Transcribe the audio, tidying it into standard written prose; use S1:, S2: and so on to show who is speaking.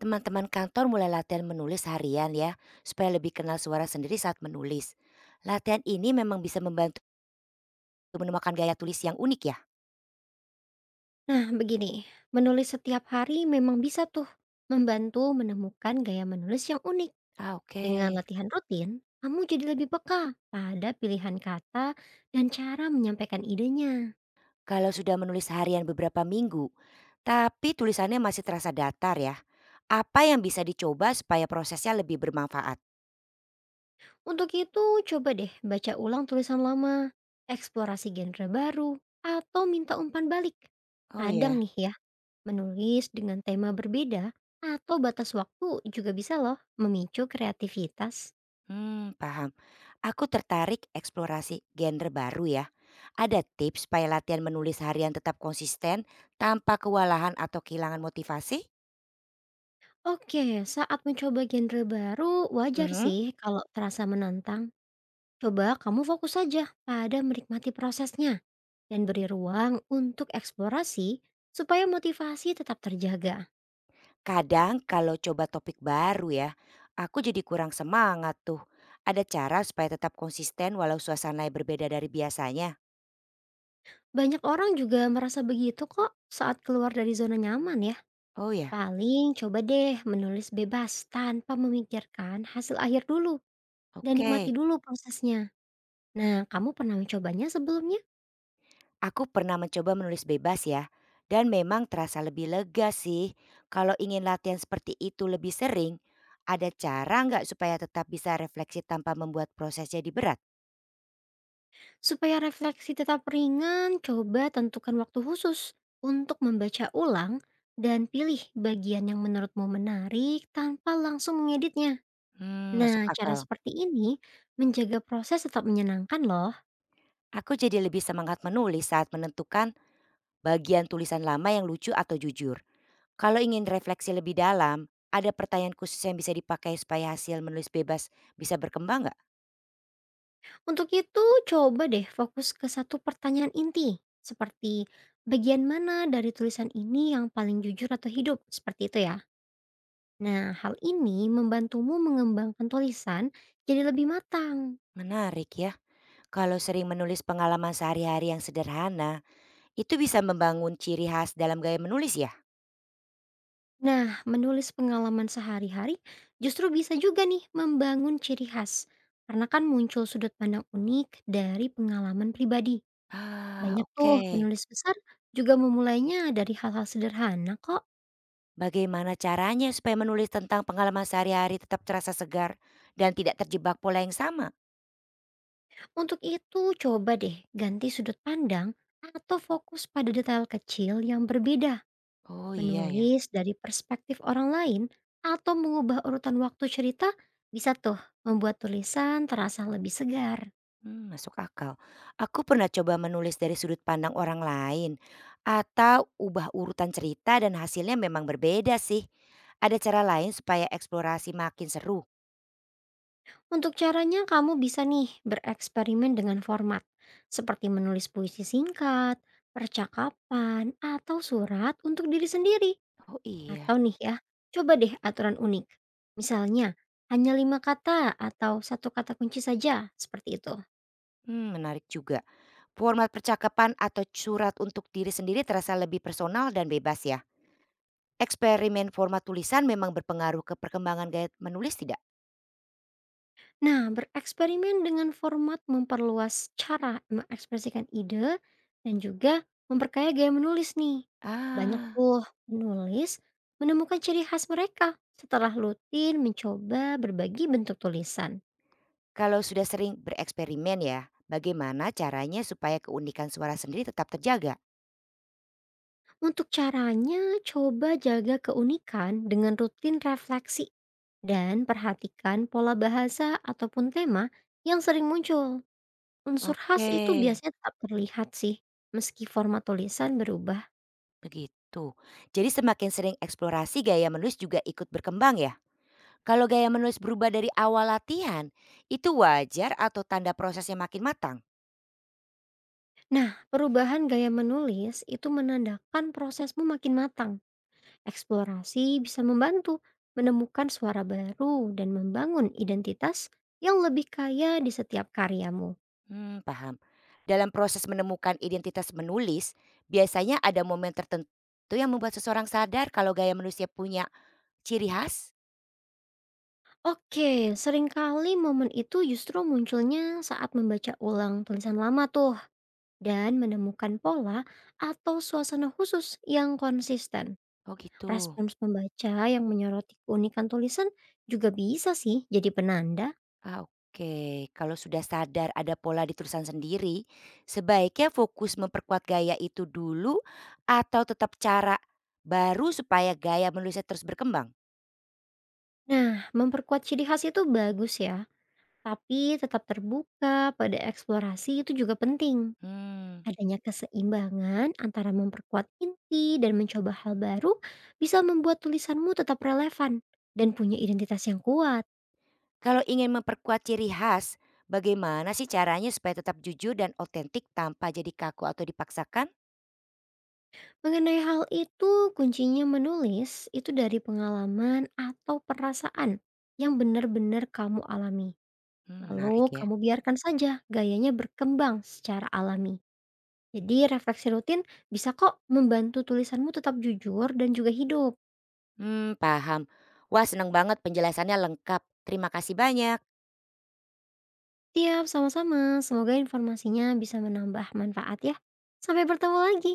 S1: Teman-teman kantor mulai latihan menulis harian ya, supaya lebih kenal suara sendiri saat menulis. Latihan ini memang bisa membantu menemukan gaya tulis yang unik ya.
S2: Nah, begini, menulis setiap hari memang bisa tuh membantu menemukan gaya menulis yang unik.
S1: Ah,
S2: Dengan
S1: oke.
S2: latihan rutin, kamu jadi lebih peka pada pilihan kata dan cara menyampaikan idenya.
S1: Kalau sudah menulis harian beberapa minggu, tapi tulisannya masih terasa datar ya. Apa yang bisa dicoba supaya prosesnya lebih bermanfaat?
S2: Untuk itu, coba deh baca ulang tulisan lama, eksplorasi genre baru, atau minta umpan balik.
S1: Oh
S2: Kadang
S1: ya.
S2: nih ya, menulis dengan tema berbeda atau batas waktu juga bisa loh memicu kreativitas.
S1: Hmm, paham. Aku tertarik eksplorasi genre baru ya. Ada tips supaya latihan menulis harian tetap konsisten tanpa kewalahan atau kehilangan motivasi?
S2: Oke, saat mencoba genre baru, wajar
S1: Mhm.
S2: sih kalau terasa menantang. Coba kamu fokus saja pada menikmati prosesnya dan beri ruang untuk eksplorasi supaya motivasi tetap terjaga.
S1: Kadang kalau coba topik baru ya, aku jadi kurang semangat tuh. Ada cara supaya tetap konsisten walau suasana berbeda dari biasanya?
S2: Banyak orang juga merasa begitu kok saat keluar dari zona nyaman ya.
S1: Oh ya,
S2: Paling coba deh menulis bebas tanpa memikirkan hasil akhir dulu dan nikmati
S1: oke.
S2: dulu prosesnya. Nah, kamu pernah mencobanya sebelumnya?
S1: Aku pernah mencoba menulis bebas ya. Dan memang terasa lebih lega sih. Kalau ingin latihan seperti itu lebih sering, ada cara nggak supaya tetap bisa refleksi tanpa membuat proses jadi berat?
S2: Supaya refleksi tetap ringan, coba tentukan waktu khusus untuk membaca ulang dan pilih bagian yang menurutmu menarik tanpa langsung mengeditnya.
S1: Hmm, masuk
S2: Nah, cara
S1: akal.
S2: seperti ini menjaga proses tetap menyenangkan loh.
S1: Aku jadi lebih semangat menulis saat menentukan bagian tulisan lama yang lucu atau jujur. Kalau ingin refleksi lebih dalam, ada pertanyaan khusus yang bisa dipakai supaya hasil menulis bebas bisa berkembang nggak?
S2: Untuk itu, coba deh fokus ke satu pertanyaan inti, seperti bagian mana dari tulisan ini yang paling jujur atau hidup, seperti itu ya. Nah, hal ini membantumu mengembangkan tulisan jadi lebih matang.
S1: Menarik ya. Kalau sering menulis pengalaman sehari-hari yang sederhana, itu bisa membangun ciri khas dalam gaya menulis ya?
S2: Nah, menulis pengalaman sehari-hari justru bisa juga nih membangun ciri khas. Karena kan muncul sudut pandang unik dari pengalaman pribadi.
S1: Ah,
S2: Banyak tuh
S1: oke.
S2: penulis besar juga memulainya dari hal-hal sederhana kok.
S1: Bagaimana caranya supaya menulis tentang pengalaman sehari-hari tetap terasa segar dan tidak terjebak pola yang sama?
S2: Untuk itu, coba deh ganti sudut pandang atau fokus pada detail kecil yang berbeda.
S1: Oh iya ya.
S2: Menulis dari perspektif orang lain atau mengubah urutan waktu cerita bisa tuh membuat tulisan terasa lebih segar.
S1: Mmm, masuk akal. Aku pernah coba menulis dari sudut pandang orang lain atau ubah urutan cerita dan hasilnya memang berbeda sih. Ada cara lain supaya eksplorasi makin seru?
S2: Untuk caranya, kamu bisa nih bereksperimen dengan format seperti menulis puisi singkat, percakapan, atau surat untuk diri sendiri.
S1: Oh
S2: Atau
S1: iya,
S2: nih ya, coba deh aturan unik. Misalnya, hanya 5 kata atau satu kata kunci saja, seperti itu.
S1: hmm, menarik juga. Format percakapan atau surat untuk diri sendiri terasa lebih personal dan bebas ya. Eksperimen format tulisan memang berpengaruh ke perkembangan gaya menulis tidak?
S2: Nah, bereksperimen dengan format memperluas cara mengekspresikan ide dan juga memperkaya gaya menulis nih. Banyak
S1: Ah,
S2: tuh penulis menemukan ciri khas mereka setelah rutin mencoba berbagi bentuk tulisan.
S1: kalau sudah sering bereksperimen ya, bagaimana caranya supaya keunikan suara sendiri tetap terjaga?
S2: Untuk caranya, coba jaga keunikan dengan rutin refleksi dan perhatikan pola bahasa ataupun tema yang sering muncul. Unsur khas
S1: Oke,
S2: itu biasanya tetap terlihat sih, meski format tulisan berubah.
S1: begitu. Jadi semakin sering eksplorasi gaya menulis juga ikut berkembang ya? Kalau gaya menulis berubah dari awal latihan, itu wajar atau tanda prosesnya makin matang?
S2: Nah, perubahan gaya menulis itu menandakan prosesmu makin matang. Eksplorasi bisa membantu menemukan suara baru dan membangun identitas yang lebih kaya di setiap karyamu.
S1: Hmm, paham. Dalam proses menemukan identitas menulis, biasanya ada momen tertentu yang membuat seseorang sadar kalau gaya menulisnya punya ciri khas?
S2: Oke, seringkali momen itu justru munculnya saat membaca ulang tulisan lama tuh dan menemukan pola atau suasana khusus yang konsisten.
S1: Oh gitu.
S2: Respons pembaca yang menyoroti keunikan tulisan juga bisa sih jadi penanda.
S1: Ah, oke. Kalau sudah sadar ada pola di tulisan sendiri, sebaiknya fokus memperkuat gaya itu dulu atau tetap cara baru supaya gaya menulisnya terus berkembang?
S2: Nah, memperkuat ciri khas itu bagus ya, tapi tetap terbuka pada eksplorasi itu juga penting.
S1: Hmm.
S2: Adanya keseimbangan antara memperkuat inti dan mencoba hal baru bisa membuat tulisanmu tetap relevan dan punya identitas yang kuat.
S1: Kalau ingin memperkuat ciri khas, bagaimana sih caranya supaya tetap jujur dan otentik tanpa jadi kaku atau dipaksakan?
S2: Mengenai hal itu, kuncinya menulis itu dari pengalaman atau perasaan yang benar-benar kamu alami.
S1: Hmm, menarik
S2: Lalu
S1: ya.
S2: kamu biarkan saja gayanya berkembang secara alami. Jadi refleksi rutin bisa kok membantu tulisanmu tetap jujur dan juga hidup.
S1: Hmm, paham. Wah, senang banget penjelasannya lengkap. Terima kasih banyak.
S2: Siap, sama-sama. Semoga informasinya bisa menambah manfaat ya. Sampai bertemu lagi.